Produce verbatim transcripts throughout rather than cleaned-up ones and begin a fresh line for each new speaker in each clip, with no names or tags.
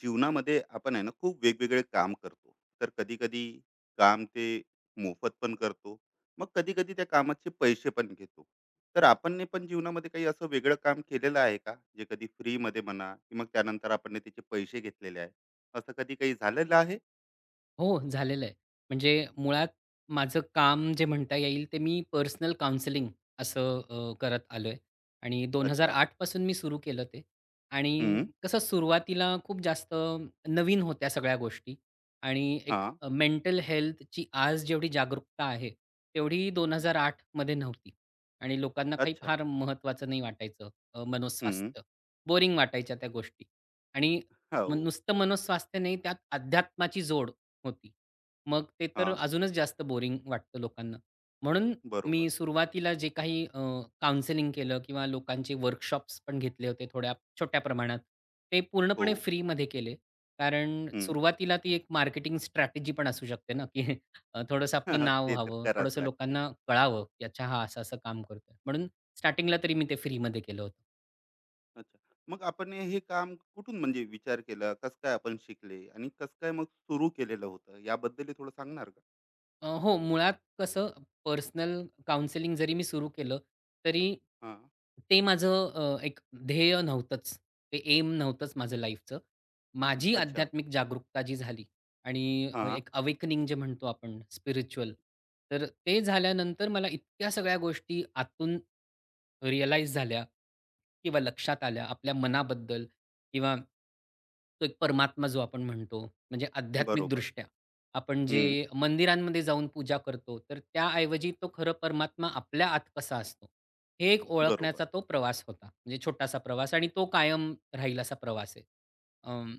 जीवनामध्ये आपण आहे ना खूप वेगवेगळे काम करतो. तर कधी कधी काम ते मोफत पण करतो. मग कधी कधी त्या कामाचे पैसे पण घेतो. तर आपण पण जीवनामध्ये काही असं वेगळं काम केलेलं आहे का, जे कधी फ्री मध्ये म्हणा, की मग त्यानंतर आपण ने त्याचे पैसे घेतलेले आहे? असं कधी काही झालेलं आहे?
हो, झालेलं आहे. म्हणजे मुळात माझं काम जे म्हणता येईल ते मी पर्सनल काउंसलिंग असं अ, करत आलोय आणि
अच्छा.
दोन हजार आठ पासून मी सुरू केलं ते. आणि
हम्म.
कसं सुरुवातीला खूप जास्त नवीन होत्या सगळ्या गोष्टी. आणि
हा.
एक अ, मेंटल हेल्थची आज जेवढी जागरूकता आहे, तेवढी दोन हजार आठ मध्ये नव्हती. आणि लोकांना काही
अच्छा.
फार महत्त्वाचं नाही वाटायचं अ,
हम्म.
मनोस्वास्थ्य. बोरिंग वाटायच्या त्या गोष्टी. आणि
हो.
मग नुसतं मनोस्वास्थ्य नाही, त्यात अध्यात्माची जोड होती. मग ते
हा.
तर अजूनच जास्त बोरिंग वाटतं लोकांना. म्हणून
बरोबर.
मी सुरुवातीला जे काही अ, काउन्सेलिंग केलं किंवा लोकांचे वर्कशॉप्स पण घेतले होते थोड्या छोट्या प्रमाणात. ते
हो.
पूर्णपणे फ्रीमध्ये केले. कारण
हम्म.
सुरुवातीला ती एक मार्केटिंग स्ट्रॅटेजी पण असू शकते ना, की अ, थोडंसं आपलं नाव
ते तर
व्हावं,
करावंच
थोडंसं
लागते.
लोकांना कळावं, की अच्छा हा असं-असं काम करतोय. म्हणून स्टार्टिंगला तरी मी ते फ्रीमध्ये केलं होतं.
अच्छा. मग आपण हे काम कुठून म्हणजे विचार केला? कसं काय आपण शिकले? आणि कसं काय मग सुरू केलेलं होतं? याबद्दलही थोडं सांगणार का?
अ, हो, मुळात कसं पर्सनल काउंसेलिंग जरी मी सुरू केलं, तरी
हां.
ते माझं अ, एक ध्येय नव्हतंच. ते एम नव्हतंच माझं लाईफचं. माझी
अच्छा.
आध्यात्मिक जागरूकता जी झाली आणि अ,
हां.
एक अवेकनिंग जे म्हणतो आपण स्पिरिच्युअल, तर ते झाल्यानंतर मला इतक्या सगळ्या गोष्टी आतून रिअलाईज झाल्या किंवा लक्षात आल्या आपल्या मनाबद्दल किंवा तो एक परमात्मा जो आपण म्हणतो, म्हणजे
बरोबर.
आध्यात्मिकदृष्ट्या आपण जे
हं.
मंदिरांमध्ये जाऊन पूजा करतो, तर त्याऐवजी तो खरं परमात्मा आपल्या आत कसा असतो, हे एक
बरोबर.
ओळखण्याचा तो प्रवास होता. म्हणजे छोटासा प्रवास आणि तो कायम राहील असा प्रवास आहे. अं,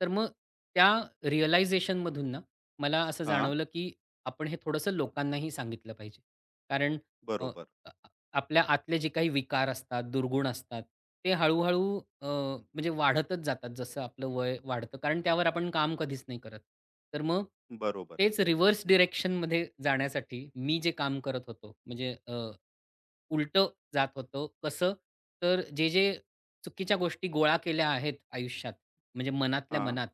तर मग त्या रिअलायझेशनमधून ना, मला असं
हां.
जाणवलं, की आपण हे थोडंसं लोकांनाही सांगितलं पाहिजे. कारण अ,
बरोबर.
आपल्या आतले जे काही विकार असतात, दुर्गुण असतात, ते हळू-हळू अ, म्हणजे वाढतच जातात जसं आपलं वय वाढतं. कारण त्यावर आपण काम कधीच नाही करत. तर मग
बरोबर आहे.
तेच रिव्हर्स डायरेक्शनमध्ये जाण्यासाठी मी जे काम करत होतो म्हणजे उलटं जात होतो. कसं? तर जे, जे चुकीच्या गोष्टी गोळा केल्या आहेत आयुष्यात, म्हणजे मनातल्या
हां.
मनात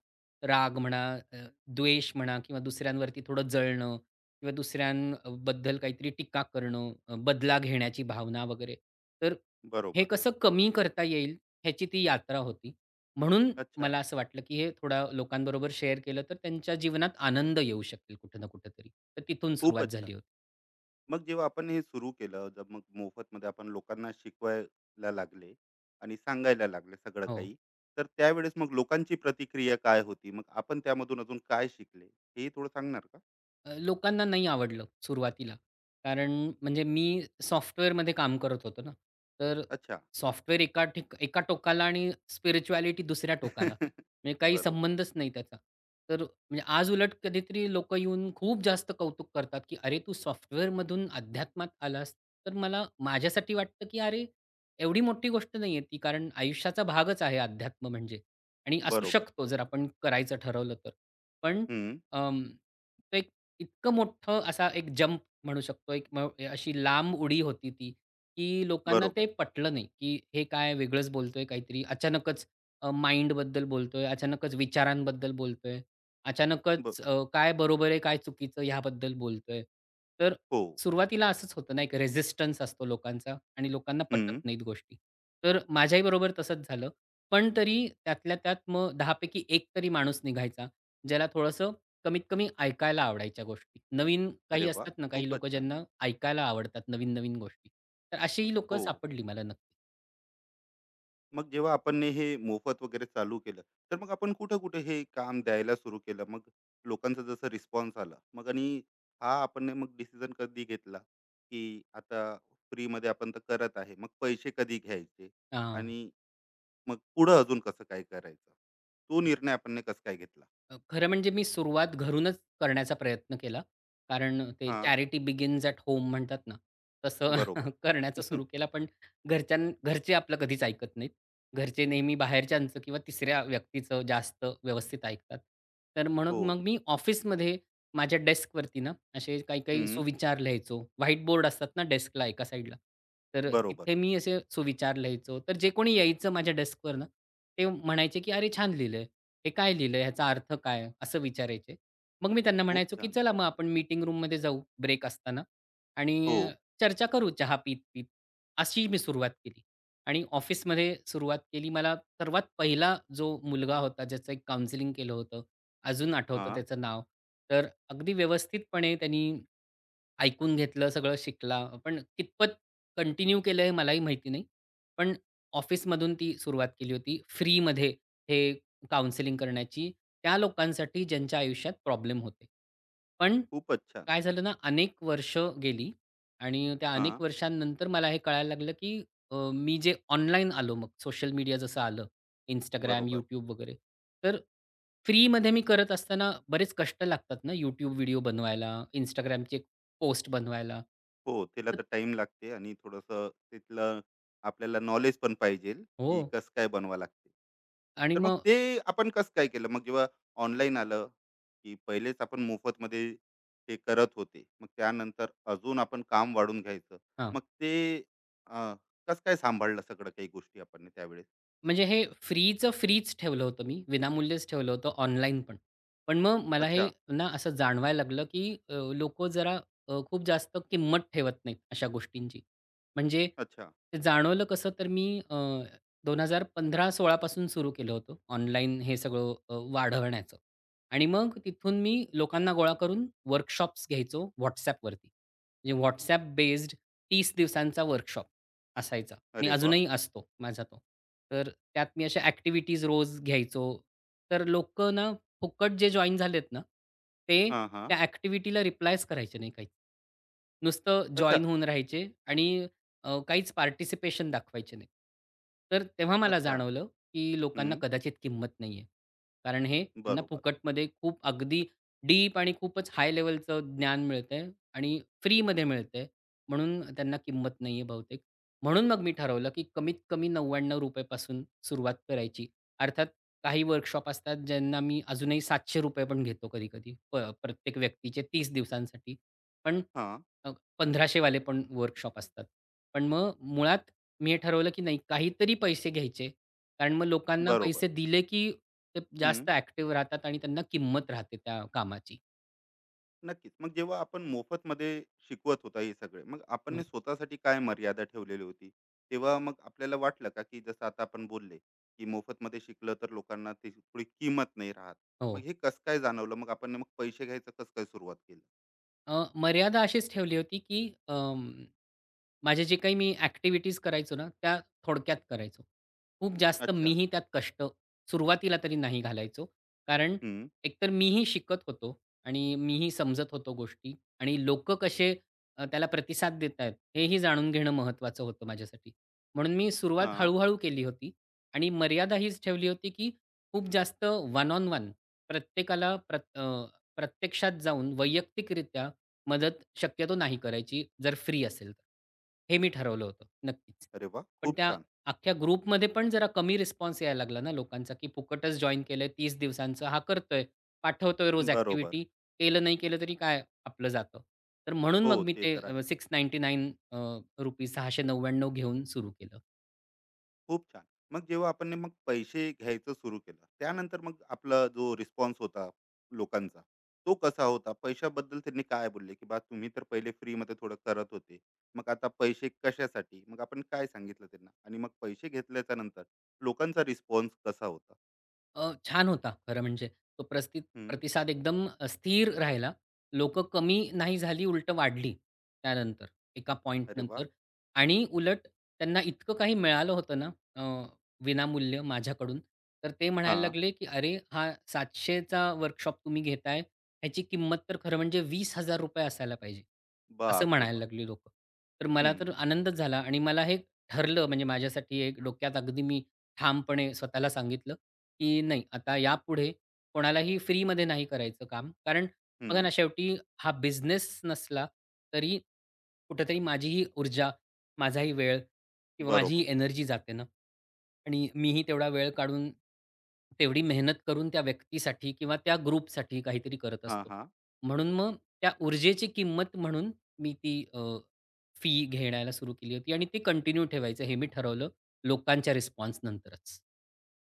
राग म्हणा, अ, द्वेष म्हणा किंवा दुसऱ्यांवरती थोडं जळणं किंवा दुसऱ्यांबद्दल काहीतरी टीका करणं, अ, बदला घेण्याची भावना वगैरे. तर हे
बरोबर.
कसं कमी करता येईल ह्याची ती यात्रा होती. म्हणून
अच्छा.
मला असं वाटलं, की हे थोडा लोकांबरोबर शेअर केलं तर त्यांच्या जीवनात आनंद येऊ शकेल कुठे ना कुठेतरी. तर तिथून सुरुवात
खूपच
झाली
छान.
होती.
मग जेव्हा आपण हे सुरू केलं, जब मग मोफतमध्ये आपण लोकांना शिकवायला लागले आणि सांगायला लागले सगळं
हो.
काही, तर त्यावेळेस मग लोकांची प्रतिक्रिया काय होती? मग आपण त्यामधून अजून काय शिकले? हेही थोडं सांगणार का?
अ, लोकांना नाही आवडलं सुरुवातीला. कारण म्हणजे मी सॉफ्टवेअरमध्ये काम करत होतो ना. तर
अच्छा.
सॉफ्टवेअर एका ठिक एका टोकाला आणि स्पिरिच्युअलिटी दुसऱ्या टोकाला. म्हणजे काही
बरोबर,
संबंधच नाही त्याचा. तर म्हणजे आज उलट कधीतरी लोकं येऊन खूप जास्त कौतुक करतात, की "अरे, तू सॉफ्टवेअरमधून अध्यात्मात आलास." तर मला माझ्यासाठी वाटतं, की अरे, एवढी मोठी गोष्ट नाहीये ती. कारण आयुष्याचा भागच आहे अध्यात्म म्हणजे आणि असू
बरोबर.
शकतो जर आपण करायचं ठरवलं तर. पण
हं,
अं, ते इतकं मोठं असा एक जंप म्हणू शकतो, एक म अशी लांब उडी होती ती, की लोकांना
बरोबर.
ते पटलं नाही, की हे काय वेगळंच बोलतोय काहीतरी. अचानकच अ, माइंडबद्दल बोलतोय, अचानकच विचारांबद्दल बोलतोय,
ब.
अचानकच अ, काय बरोबर आहे, काय चुकीचं ह्याबद्दल बोलतोय. तर
हो.
सुरुवातीला असंच होतं ना, एक रेझिस्टन्स असतो लोकांचा आणि लोकांना पटत
हं.
नाहीत गोष्टी. तर माझ्याही बरोबर तसंच झालं. पण तरी त्यातल्या त्यात मग दहा पैकी तरी माणूस निघायचा, ज्याला थोडंसं कमीत कमी ऐकायला आवडायच्या गोष्टी. नवीन
अरे
काही
वाह!
असतात ना, काही
खूपच
लोक
छान.
ज्यांना ऐकायला आवडतात नवीन-नवीन गोष्टी. तर अशीही लोकं
हो.
सापडली मला नक्की.
मग जेव्हा आपण ने हे मोफत वगैरे चालू केलं, तर मग आपण कुठे-कुठे हे काम द्यायला सुरू केलं? मग लोकांचा जसा रिस्पॉन्स आला, मग आणि हा आपण ने मग डिसिजन कधी घेतला, की आता फ्रीमध्ये आपण तर करत आहे, मग पैसे कधी घ्यायचे
हां.
आणि मग पुढं अजून कसं काय करायचं? तो निर्णय आपण ने कसं काय घेतला?
अ, खरं म्हणजे मी सुरुवात घरूनच करण्याचा प्रयत्न केला. कारण हं. ते
हां,
चॅरिटी बिगिन्स ॲट होम म्हणतात ना, तसं
बरोबर.
करण्याचं सुरू केला. पण घरच्यां घरचे आपलं कधीच ऐकत नाहीत. घरचे नेहमी बाहेरच्यांचं किंवा तिसऱ्या व्यक्तीचं जास्त व्यवस्थित ऐकतात. तर
हो.
म्हणून मग मी ऑफिसमध्ये माझ्या डेस्कवरती ना, असे काही-काही
हं,
सुविचार लिहायचो. व्हाईट बोर्ड असतात ना डेस्कला एका साइडला. तर
बरोबर.
तिथे मी असे सुविचार लिहायचो. तर जे कोणी यायचं माझ्या डेस्कवर ना, ते म्हणायचे, की "अरे, छान लिहिलंय." "हे काय लिहिलंय? ह्याचा अर्थ काय?" असं विचारायचे. मग मी त्यांना
खूप
म्हणायचो, की
छान.
"चला मग आपण मीटिंग रूममध्ये जाऊ ब्रेक असताना
हो.
आणि चर्चा करू चहा पीत-पीत." अशी मी सुरुवात केली आणि ऑफिसमध्ये सुरुवात केली. मला सर्वात पहिला जो मुलगा होता, ज्याचं एक काउन्सिलिंग केलं होतं, अजून आठवतं
हां.
त्याचं नाव. तर अगदी व्यवस्थितपणे त्यांनी ऐकून घेतलं, सगळं शिकला. पण कितपत कंटिन्यू केलं हे मलाही माहिती नाही. पण ऑफिसमधून ती सुरुवात केली होती फ्रीमध्ये हे काउन्सेलिंग करण्याची, त्या लोकांसाठी ज्यांच्या आयुष्यात प्रॉब्लेम होते. पण
खूपच छान.
काय झालं ना, अनेक वर्ष गेली आणि त्या अनेक
हां.
वर्षांनंतर मला हे कळायला लागलं, की अ, मी जे ऑनलाईन आलो मग सोशल मीडिया जसं आलं, Instagram,
बरोबर.
YouTube वगैरे. तर फ्रीमध्ये मी करत असताना बरेच कष्ट लागतात ना, YouTube व्हिडिओ बनवायला, Instagramचे पोस्ट बनवायला.
हो, त्याला
तर
तर टाईम लागते आणि थोडंसं तिथलं आपल्याला नॉलेज पण पाहिजे,
हो.
की कसं काय बनवावं लागते.
आणि
तर मग
मग
ते आपण कसं काय केलं? मग जेव्हा ऑनलाईन आलं, की पहिलेच आपण मोफतमध्ये ते करत होते. मग त्यानंतर अजून आपण काम वाढून घ्यायचं.
हां.
मग ते अ, कसं काय सांभाळलं सगळं काही गोष्टी आपण त्यावेळेस?
म्हणजे हे फ्रीचं फ्रीच ठेवलं होतं मी. विनामूल्यच ठेवलं होतं ऑनलाईन पण. पण मग मला हे
अच्छा,
ना असं जाणवायला लागलं, की अ, जरा अ, खूप जास्त किंमत ठेवत नाहीत अशा गोष्टींची. म्हणजे
अच्छा.
ते जाणवलं कसं तर मी अ, दोन हजार पंधरा-सोळा पासून सुरू केलं होतं ऑनलाईन हे सगळं अ, वाढवण्याचं. आणि मग तिथून मी लोकांना गोळा करून वर्कशॉप्स घ्यायचो WhatsAppवरती. म्हणजे WhatsApp बेस्ड तीस दिवसांचा वर्कशॉप असायचा आणि
अरे वाह!
अजूनही असतो माझा तो. तर त्यात मी अशा ॲक्टिव्हिटीज रोज घ्यायचो. तर लोक ना फुकट जे जॉइन झालेत ना, ते
हां, हां.
त्या ॲक्टिव्हिटीला रिप्लायच करायचे नाही काही. नुसतं
अच्छा,
जॉइन होऊन राहायचे आणि अ, काहीच पार्टिसिपेशन दाखवायचे नाही. तर तेव्हा मला
अच्छा.
जाणवलं, की लोकांना
हं.
कदाचित किंमत नाहीये. कारण हे त्यांना
बरोबर.
फुकटमध्ये खूप अगदी डीप आणि खूपच हाय लेव्हलचं ज्ञान मिळतंय आणि फ्रीमध्ये मिळतंय. म्हणून त्यांना किंमत नाहीये बहुतेक. म्हणून मग मी ठरवलं, की कमीत कमी ₹नव्व्याण्णव रुपये पासून सुरुवात करायची. अर्थात काही वर्कशॉप असतात, ज्यांना मी अजूनही ₹सातशे रुपये पण घेतो कधी-कधी प प्रत्येक व्यक्तीचे तीस दिवसांसाठी. पण
हां.
अ, पंधराशे वाले पण वर्कशॉप असतात. पण मग मुळात मी हे ठरवलं, की नाही काहीतरी पैसे घ्यायचे. कारण मग लोकांना
बरोबर.
पैसे दिले, की ते
हं.
जास्त ॲक्टिव्ह राहतात आणि त्यांना किंमत राहते त्या कामाची.
नक्कीच. मग जेव्हा आपण मोफतमध्ये शिकवत होता हे सगळे, मग आपण
हो.
स्वतःसाठी काय मर्यादा ठेवलेली होती? तेव्हा मग आपल्याला वाटलं का, की जसं आता आपण बोलले, की मोफतमध्ये शिकलं तर लोकांना ती थोडी किंमत नाही राहत. मग
हो.
हे कसं काय जाणवलं? मग आपण मग पैसे घ्यायचं कसं काय सुरुवात केली?
अ, मर्यादा अशीच ठेवली होती, की माझे जे काही मी ॲक्टिव्हिटीज करायचो ना, त्या थोडक्यात करायचो. खूप जास्त
अच्छा.
मीही त्यात कष्ट सुरुवातीला तरी नाही घालायचो. कारण
हं.
एकतर मीही शिकत होतो आणि मीही समजत होतो गोष्टी आणि लोक कसे अ, त्याला प्रतिसाद देत आहेत, हेही जाणून घेणं महत्त्वाचं होतं माझ्यासाठी. म्हणून मी सुरुवात
हां.
हळू केली होती आणि मर्यादा हीच ठेवली होती, की खूप जास्त वन ऑन वन प्रत्येकाला प्रत अ, प्रत्यक्षात जाऊन वैयक्तिकरित्या मदत शक्यतो नाही करायची जर फ्री असेल तर. हे मी ठरवलं होतं नक्कीच.
अरे वाह!
पण
खूप
त्या
छान.
अख्ख्या ग्रुपमध्ये पण जरा कमी रिस्पॉन्स यायला लागला ना लोकांचा, की फुकटच जॉइन केलंय तीस दिवसांचं. हा करतोय, पाठवतोय रोज
बरोबर.
ॲक्टिव्हिटी. केलं नाही केलं तरी काय आपलं जातं. तर म्हणून
हो,
मग मी
ते
ते
तर
अ,
आहेच.
₹सहाशे नव्व्याण्णव रुपये ₹सहाशे नव्व्याण्णव रुपये घेऊन सुरू केलं.
खूप छान. मग जेव्हा आपण ने मग पैसे घ्यायचं सुरू केलं, त्यानंतर मग आपला जो रिस्पॉन्स होता लोकांचा, तो कसा होता? पैशाबद्दल त्यांनी काय बोलले, की "बा तुम्ही तर पहिले फ्रीमध्ये थोडं करत होते. मग आता पैसे कशासाठी?" मग आपण काय सांगितलं त्यांना? आणि मग पैसे घेतल्याच्या नंतर लोकांचा रिस्पॉन्स कसा होता?
अ, छान होता खरं म्हणजे. तो प्रस्ति
हं.
प्रतिसाद एकदम अ, स्थिर राहिला. लोकं कमी नाही झाली, उलटं वाढली त्यानंतर, एका पॉईंट
अरे वाह!
नंतर. आणि उलट त्यांना इतकं काही मिळालं होतं ना अ, विनामूल्य माझ्याकडून, तर ते म्हणायला
हां.
लागले, की "अरे, हा 700चा वर्कशॉप तुम्ही घेताय, ह्याची किंमत तर खरं म्हणजे ₹वीस हजार रुपये असायला पाहिजे." असं
बापरे
म्हणायला
बाप!
लागली लोक, तर मला
हं,
तर आनंदच झाला आणि मला हे ठरलं म्हणजे माझ्यासाठी एक डोक्यात अगदी मी ठामपणे स्वतःला सांगितलं, की नाही आता यापुढे कोणालाही फ्रीमध्ये नाही करायचं काम. कारण बघा
हं.
ना, शेवटी हा बिझनेस नसला तरी कुठेतरी माझीही ऊर्जा, माझाही वेळ किंवा
बरोबर.
माझीही एनर्जी जाते ना. आणि मीही तेवढा वेळ काढून, तेवढी मेहनत करून त्या व्यक्तीसाठी किंवा त्या ग्रुपसाठी काहीतरी करत
हां,
असतो.
हां.
म्हणून मग त्या ऊर्जेची किंमत म्हणून मी ती फी घेण्याला सुरू केली होती आणि ते कंटिन्यू ठेवायचं हे मी ठरवलं लोकांच्या रिस्पॉन्सनंतरच.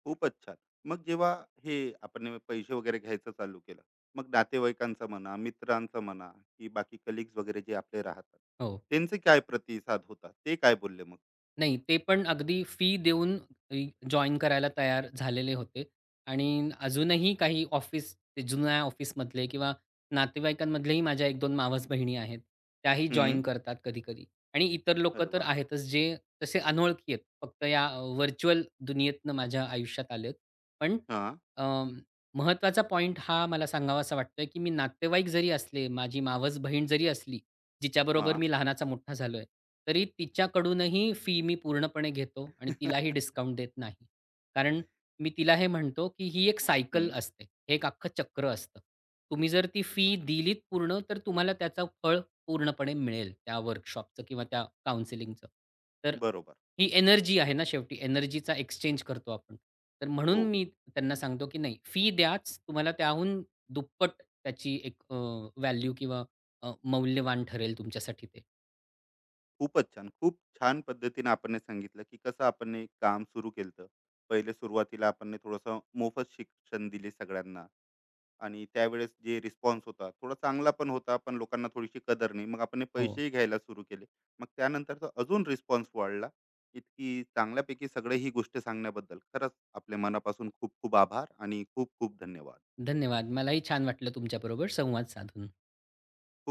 खूपच छान. मग जेव्हा हे आपण पैसे वगैरे घ्यायचं चालू केलं, मग नातेवाईकांचा म्हणा, मित्रांचा म्हणा, की बाकी कलीग्स वगैरे जे आपले राहतात,
हो.
त्यांचे काय प्रतिसाद होता? ते काय बोलले मग?
नाही, ते पण अगदी फी देऊन ई जॉइन करायला तयार झालेले होते आणि अजूनही काही ऑफिस ते जुन्या ऑफिसमधले किंवा नातेवाईकांमधलेही माझ्या एक दोन मावस-बहिणी आहेत. त्याही
हं.
जॉइन करतात कधी-कधी. आणि इतर लोकं
अरे
तर
वा,
आहेतच जे तसे अनोळखी आहेत. फक्त या अ, दुनियेतनं माझ्या आयुष्यात आलेत. पण
हा,
अं, महत्त्वाचा पॉइंट हा मला सांगावासा वाटतोय, की मी नातेवाईक जरी असले, माझी मावस बहीण जरी असली, जिच्याबरोबर
हा,
मी लहानाचा मोठा झालोय. तरी तिच्याकडूनही फी मी पूर्णपणे घेतो आणि तिलाही डिस्काउंट देत नाही. कारण मी तिला हे म्हणतो, की ही एक सायकल
हं.
असते. हे एक अख्खं चक्र असतं. तुम्ही जर ती फी दिलीत पूर्ण, तर तुम्हाला त्याचं फळ पूर्णपणे मिळेल त्या वर्कशॉपचं किंवा त्या काउन्सिलिंगचं. तर
बरोबर.
ही एनर्जी आहे ना शेवटी, एनर्जीचा एक्सचेंज करतो आपण. तर
हो.
म्हणून मी त्यांना सांगतो, की नाही फी द्याच, तुम्हाला त्याहून दुप्पट त्याची एक व्हॅल्यू किंवा अ, मौल्यवान ठरेल तुमच्यासाठी ते.
खूपच छान. खूप छान पद्धतीने आपण सांगितलं, की कसं आपण हे काम सुरू केलं. पहिले सुरुवातीला आपण थोडंसं मोफत शिक्षण दिले सगळ्यांना. आणि त्यावेळेस जे रिस्पॉन्स होता थोडा चांगला पण होता, पण लोकांना थोडीशी कदर नाही, मग आपण हे
हो,
पैसेही घ्यायला सुरू केले. मग त्यानंतर तो अजून रिस्पॉन्स वाढला. इतकी चांगल्यापैकी सगळे ही गोष्ट सांगण्याबद्दल खरंच आपल्या मनापासून खूप खूप आभार आणि खूप खूप धन्यवाद.
धन्यवाद. मलाही छान वाटलं तुमच्याबरोबर संवाद साधून.